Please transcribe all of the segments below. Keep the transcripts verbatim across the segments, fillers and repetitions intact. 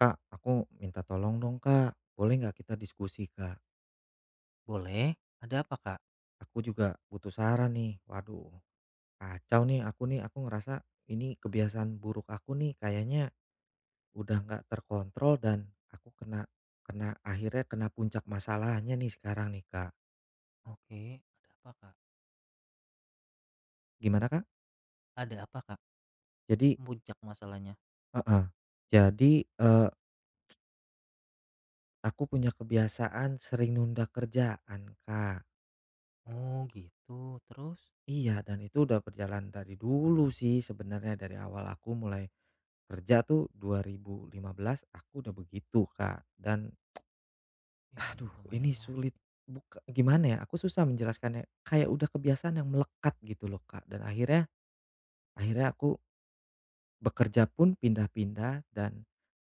Kak, aku minta tolong dong Kak, boleh nggak kita diskusi Kak? Boleh. Ada apa, Kak? Aku juga butuh saran nih. Waduh, kacau nih aku nih, aku ngerasa ini kebiasaan buruk aku nih kayaknya udah nggak terkontrol dan aku kena kena akhirnya kena puncak masalahnya nih sekarang nih, Kak. Oke, ada apa, Kak? Gimana, Kak? Ada apa, Kak? Jadi, Puncak masalahnya. heeh, jadi, eee, aku punya kebiasaan sering nunda kerjaan, Kak. Oh, gitu. Terus? Iya, dan itu udah berjalan dari dulu sih sebenarnya, dari awal aku mulai kerja tuh dua ribu lima belas aku udah begitu, Kak. Dan aduh, Eh, ini lumayan lama. sulit, buka gimana ya, aku susah menjelaskannya, kayak udah kebiasaan yang melekat gitu loh, Kak. Dan akhirnya akhirnya aku bekerja pun pindah-pindah dan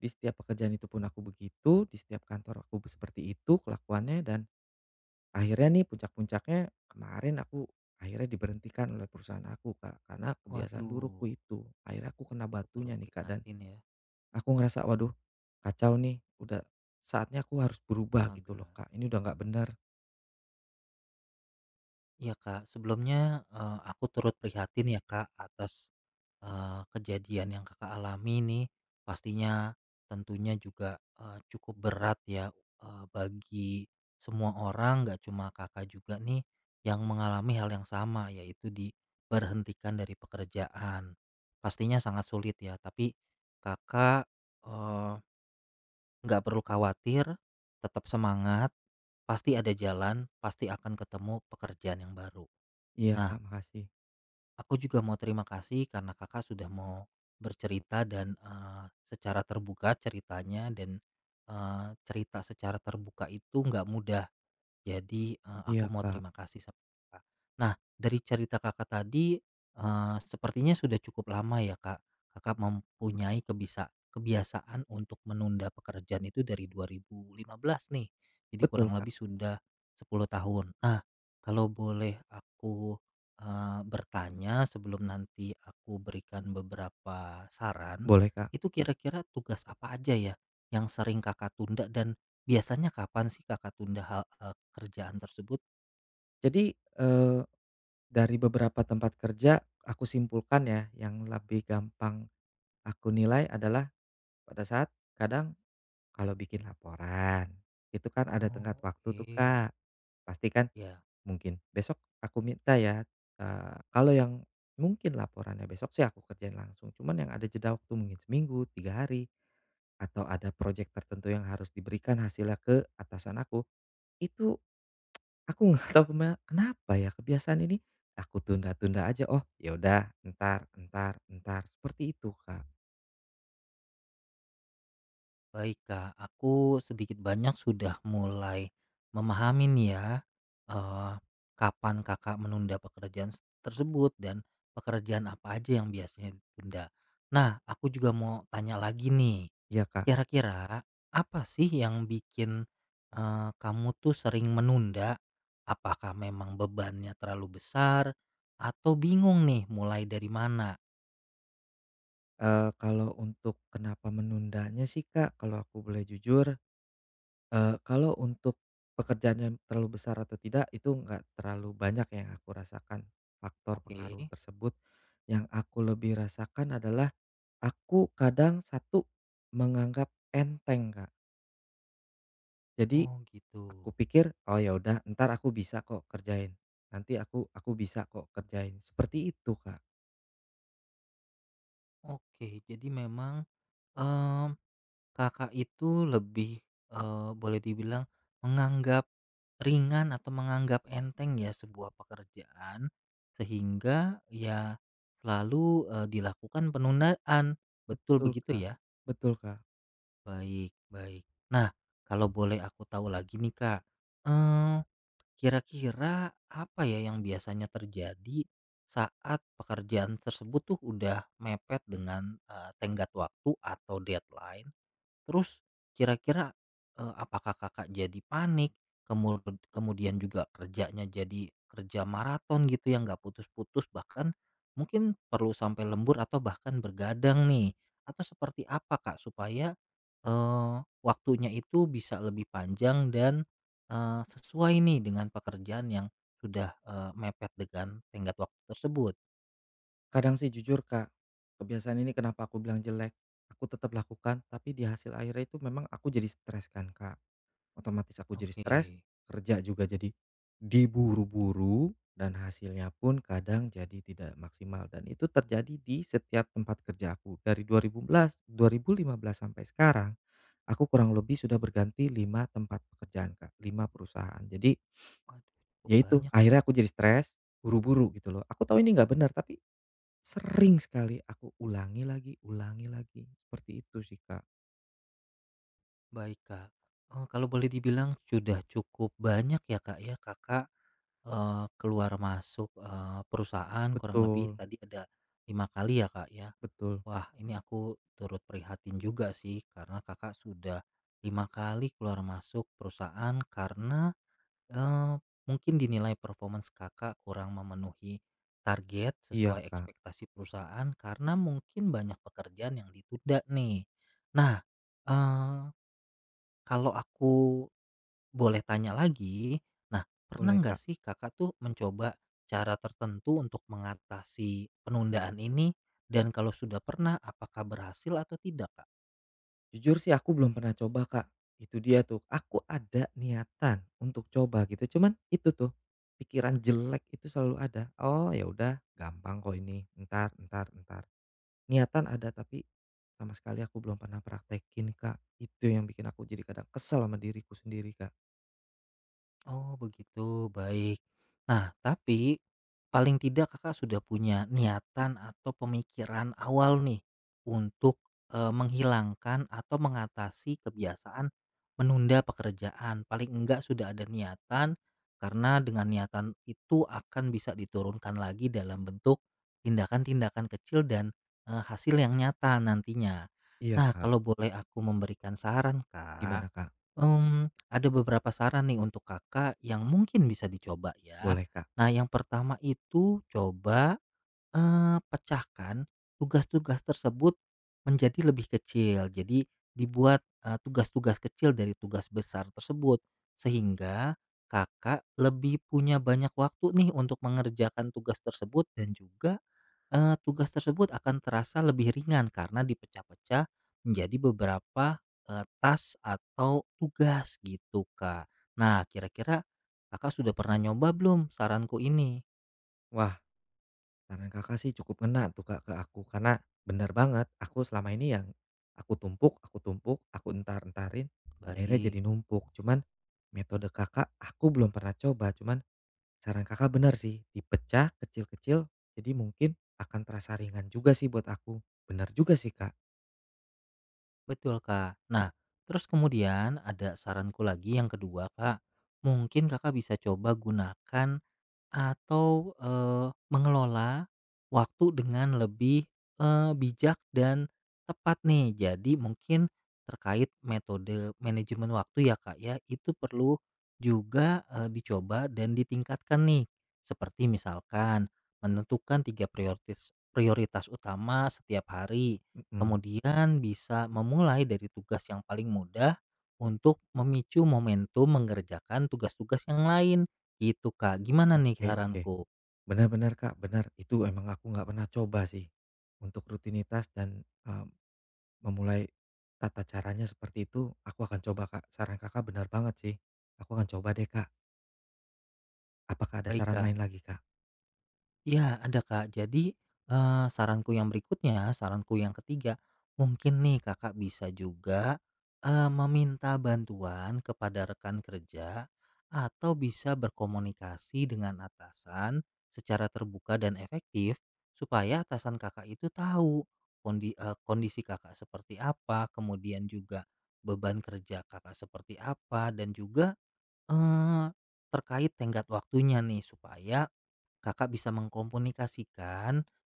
di setiap pekerjaan itu pun aku begitu, di setiap kantor aku seperti itu kelakuannya, dan akhirnya nih puncak-puncaknya kemarin aku akhirnya diberhentikan oleh perusahaan aku, Kak, karena kebiasaan burukku Waduh, itu. Akhirnya aku kena aku turut batunya nih, Kak, dan prihatin ya. aku ngerasa, "Waduh, kacau nih, udah saatnya aku harus berubah," gitu loh, Astaga. Kak. Ini udah nggak benar. Iya Kak, sebelumnya, eee, aku turut prihatin ya Kak atas, eee, kejadian yang Kakak alami nih. Pastinya tentunya juga, eee, cukup berat ya, eee, bagi semua orang nggak cuma Kakak juga nih yang mengalami hal yang sama, yaitu diberhentikan dari pekerjaan. Pastinya sangat sulit ya, tapi Kakak, eee, nggak perlu khawatir, tetap semangat, pasti ada jalan, pasti akan ketemu pekerjaan yang baru. Iya, Nah, Kak, makasih. aku juga mau terima kasih karena Kakak sudah mau bercerita dan, eee, secara terbuka ceritanya dan, eee, cerita secara terbuka itu nggak mudah jadi, eee, aku Iya, mau Kak. terima kasih sama Kakak. Nah, dari cerita Kakak tadi, eee, sepertinya sudah cukup lama ya, Kak, Kakak mempunyai kebisa kebiasaan untuk menunda pekerjaan itu dari dua ribu lima belas nih. Jadi Betul, kurang Kak. lebih sudah sepuluh tahun. Nah, kalau boleh aku, eee, bertanya sebelum nanti aku berikan beberapa saran, Boleh, Kak. itu kira-kira tugas apa aja ya yang sering Kakak tunda dan biasanya kapan sih Kakak tunda hal eee, kerjaan tersebut? Jadi, eee, dari beberapa tempat kerja aku simpulkan ya, yang lebih gampang aku nilai adalah pada saat kadang, kalau bikin laporan, itu kan ada tenggat Oh, waktu oke. tuh, Kak. Pasti kan Ya, mungkin besok aku minta ya, eee, kalau yang mungkin laporannya besok sih aku kerjain langsung, cuman yang ada jeda waktu mungkin seminggu, tiga hari, atau ada proyek tertentu yang harus diberikan hasilnya ke atasan aku, itu aku nggak tahu kema kenapa ya kebiasaan ini aku tunda-tunda aja, "Oh, ya udah entar entar entar," seperti itu, Kak. baik Kak, aku sedikit banyak sudah mulai memahami nih ya, eee, kapan Kakak menunda pekerjaan s tersebut dan pekerjaan apa aja yang biasanya ditunda. Nah, aku juga mau tanya lagi nih. Iya, Kak. Kira-kira apa sih yang bikin, eee, kamu tuh sering menunda? Apakah memang bebannya terlalu besar atau bingung nih mulai dari mana? Eee, kalau untuk kenapa menundanya sih, Kak, kalau aku boleh jujur, eee, kalau untuk pekerjaan yang terlalu besar atau tidak itu nggak terlalu banyak yang aku rasakan faktor pengaruh Oke. tersebut. Yang aku lebih rasakan adalah aku kadang satu menganggap enteng, Kak. Jadi Oh gitu. aku pikir, "Oh, ya udah ntar aku bisa kok kerjain, nanti aku aku bisa kok kerjain." Seperti itu, Kak. Oke, jadi memang, mmm, Kakak itu lebih, eee, boleh dibilang menganggap ringan atau menganggap enteng ya sebuah pekerjaan, sehingga ya selalu, eee, dilakukan penundaan. Betul Betul, begitu Kak. ya? Betul, Kak. Baik, baik. Nah, kalau boleh aku tahu lagi nih Kak, eee, kira-kira apa ya yang biasanya terjadi saat pekerjaan tersebut tuh udah mepet dengan, eee, tenggat waktu atau deadline? Terus kira-kira, eee, apakah Kakak jadi panik, kemud kemudian juga kerjanya jadi kerja maraton gitu yang nggak putus-putus bahkan mungkin perlu sampai lembur atau bahkan bergadang nih? Atau seperti apa Kak supaya, eee, waktunya itu bisa lebih panjang dan, eee, sesuai nih dengan pekerjaan yang sudah, eee, mepet dengan tenggat waktu tersebut? Kadang sih jujur, Kak, kebiasaan ini kenapa aku bilang jelek, aku tetap lakukan, tapi di hasil akhirnya itu memang aku jadi stres kan, Kak, otomatis aku jadi Oke, stres, kerja juga jadi diburu-buru dan hasilnya pun kadang jadi tidak maksimal, dan itu terjadi di setiap tempat kerja aku dari dua ribu sebelas dua ribu lima belas sampai sekarang. Aku kurang lebih sudah berganti lima tempat pekerjaan, Kak, lima perusahaan, jadi waduh cukup ya itu banyak ya. akhirnya aku jadi stres, buru-buru gitu loh, aku tahu ini nggak benar, tapi sering sekali aku ulangi lagi ulangi lagi, seperti itu sih, Kak. Baik, Kak. Eee, kalau boleh dibilang sudah cukup banyak ya, Kak, ya, Kakak, eee, keluar masuk, eee, perusahaan kurang lebih Betul, tadi ada lima kali ya, Kak, ya. betul. Wah, ini aku turut prihatin juga sih karena Kakak sudah lima kali keluar masuk perusahaan karena, eee, mungkin dinilai performance Kakak kurang memenuhi target Iya, sesuai Kak. ekspektasi perusahaan karena mungkin banyak pekerjaan yang ditunda nih. Nah, eh, kalau aku boleh tanya lagi, nah pernah Boleh, nggak Kak. sih kakak tuh mencoba cara tertentu untuk mengatasi penundaan ini? Dan kalau sudah pernah, apakah berhasil atau tidak? Jujur sih aku belum pernah coba, Kak. Itu dia tuh, aku ada niatan untuk coba gitu, cuman itu tuh, pikiran jelek itu selalu ada. "Oh, ya udah gampang kok ini, entar entar entar." Niatan ada, tapi sama sekali aku belum pernah praktekin, Kak. Itu yang bikin aku jadi kadang kesel sama diriku sendiri, Kak. Oh begitu, baik. Nah, tapi paling tidak Kakak sudah punya niatan atau pemikiran awal nih untuk, eee, menghilangkan atau mengatasi kebiasaan menunda pekerjaan. Paling enggak sudah ada niatan, karena dengan niatan itu akan bisa diturunkan lagi dalam bentuk tindakan-tindakan kecil dan, eee, hasil yang nyata nantinya. Iya, Nah, Kak. kalau boleh aku memberikan saran, Kak. Gimana, Kak? Mmm, ada beberapa saran nih untuk Kakak yang mungkin bisa dicoba ya. Boleh, Kak? Nah, yang pertama itu coba, eee, pecahkan tugas-tugas tersebut menjadi lebih kecil. Jadi dibuat, eee, tugas-tugas kecil dari tugas besar tersebut, sehingga Kakak lebih punya banyak waktu nih untuk mengerjakan tugas tersebut dan juga Eee, tugas tersebut akan terasa lebih ringan karena dipecah-pecah menjadi beberapa, eee, task atau tugas gitu, Kak. Nah, kira-kira Kakak sudah pernah nyoba belum saranku ini? Wah, saran Kakak sih cukup ngena tuh, Kak, ke aku, karena benar banget aku selama ini yang aku tumpuk aku tumpuk, aku entar-entarin, akhirnya Baik, jadi numpuk. Cuman metode Kakak aku belum pernah coba, cuman saran Kakak benar sih, dipecah kecil-kecil, jadi mungkin akan terasa ringan juga sih buat aku. Benar juga sih, Kak. betul, Kak. Nah, terus kemudian ada saranku lagi yang kedua, Kak. Mungkin Kakak bisa coba gunakan atau, eee, mengelola waktu dengan lebih, eee, bijak dan tepat nih. Jadi mungkin terkait metode manajemen waktu ya, Kak, ya, itu perlu juga, eee, dicoba dan ditingkatkan nih. Seperti misalkan menentukan tiga prioritas prioritas utama setiap hari, Mhm. kemudian bisa memulai dari tugas yang paling mudah untuk memicu momentum mengerjakan tugas-tugas yang lain. Gitu, Kak. Gimana nih Oke, oke. saranku? Benar-benar, Kak, benar. Itu emang aku nggak pernah coba sih untuk rutinitas dan, mmm memulai tata caranya seperti itu, aku akan coba, Kak. Saran Kakak benar banget sih. Aku akan coba deh, Kak. Apakah ada Baik, saran Kak. lain lagi, Kak? Ya ada, Kak. Jadi, eee, saranku yang berikutnya, saranku yang ketiga, mungkin nih Kakak bisa juga, eee, meminta bantuan kepada rekan kerja atau bisa berkomunikasi dengan atasan secara terbuka dan efektif supaya atasan Kakak itu tahu kondi eee, kondisi Kakak seperti apa, kemudian juga beban kerja Kakak seperti apa, dan juga Eee, terkait tenggat waktunya nih supaya Kakak bisa mengkomunikasikan,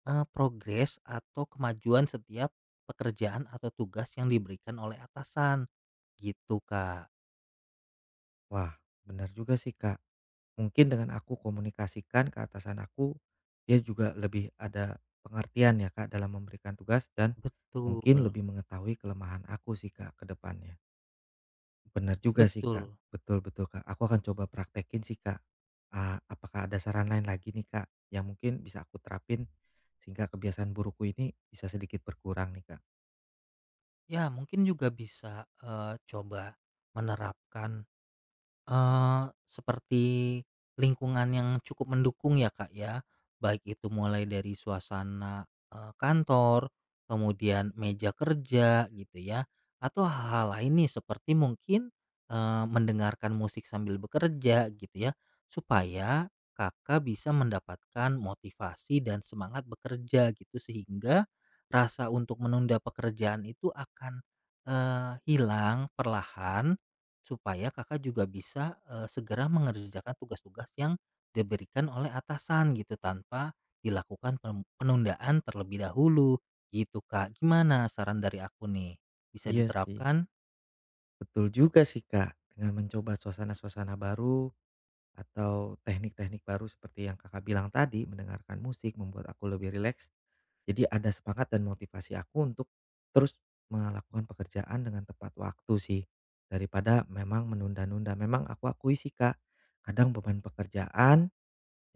eee, progres atau kemajuan setiap pekerjaan atau tugas yang diberikan oleh atasan, gitu Kak. Wah, benar juga sih, Kak. Mungkin dengan aku komunikasikan ke atasan aku, dia juga lebih ada pengertian ya, Kak, dalam memberikan tugas dan Betul mungkin lebih mengetahui kelemahan aku sih, Kak, ke depannya. Benar juga sih, Kak. betul. Betul, betul, Kak. Aku akan coba praktekin sih, Kak. Eee, apakah ada saran lain lagi nih, Kak, yang mungkin bisa aku terapin sehingga kebiasaan burukku ini bisa sedikit berkurang nih, Kak? Ya mungkin juga bisa, eee, coba menerapkan Eee, seperti lingkungan yang cukup mendukung ya, Kak, ya. Baik itu mulai dari suasana, eee, kantor, kemudian meja kerja gitu ya, atau hal-hal lain nih seperti mungkin, eee, mendengarkan musik sambil bekerja gitu ya, supaya Kakak bisa mendapatkan motivasi dan semangat bekerja gitu sehingga rasa untuk menunda pekerjaan itu akan, eee, hilang perlahan. Supaya Kakak juga bisa, eee, segera mengerjakan tugas-tugas yang diberikan oleh atasan gitu, tanpa dilakukan pen penundaan terlebih dahulu, gitu, Kak. Gimana saran dari aku nih? Bisa Iya sih, diterapkan? betul juga sih, Kak. Dengan mencoba suasana-suasana baru atau teknik-teknik baru seperti yang Kakak bilang tadi, mendengarkan musik membuat aku lebih rileks. Jadi ada semangat dan motivasi aku untuk terus melakukan pekerjaan dengan tepat waktu sih, daripada memang menunda-nunda. Memang aku akui sih, Kak, kadang beban pekerjaan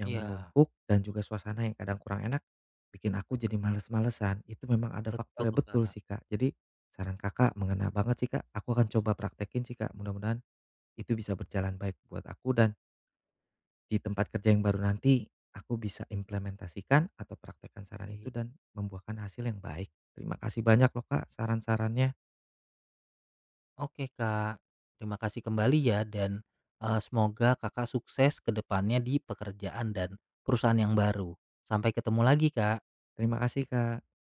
yang Iya, menumpuk dan juga suasana yang kadang kurang enak bikin aku jadi males-malesan, itu memang ada betul, faktornya betul Kak. sih, Kak. Jadi saran Kakak mengena banget sih, Kak. Aku akan coba praktekin sih, Kak. Mudah-mudahan itu bisa berjalan baik buat aku dan di tempat kerja yang baru nanti aku bisa implementasikan atau praktekkan saran itu Baik. dan membuahkan hasil yang baik. Terima kasih banyak loh, Kak, saran-sarannya. Oke, Kak. Terima kasih kembali ya dan, eee, semoga Kakak sukses ke depannya di pekerjaan dan perusahaan yang baru. Sampai ketemu lagi, Kak. Terima kasih, Kak.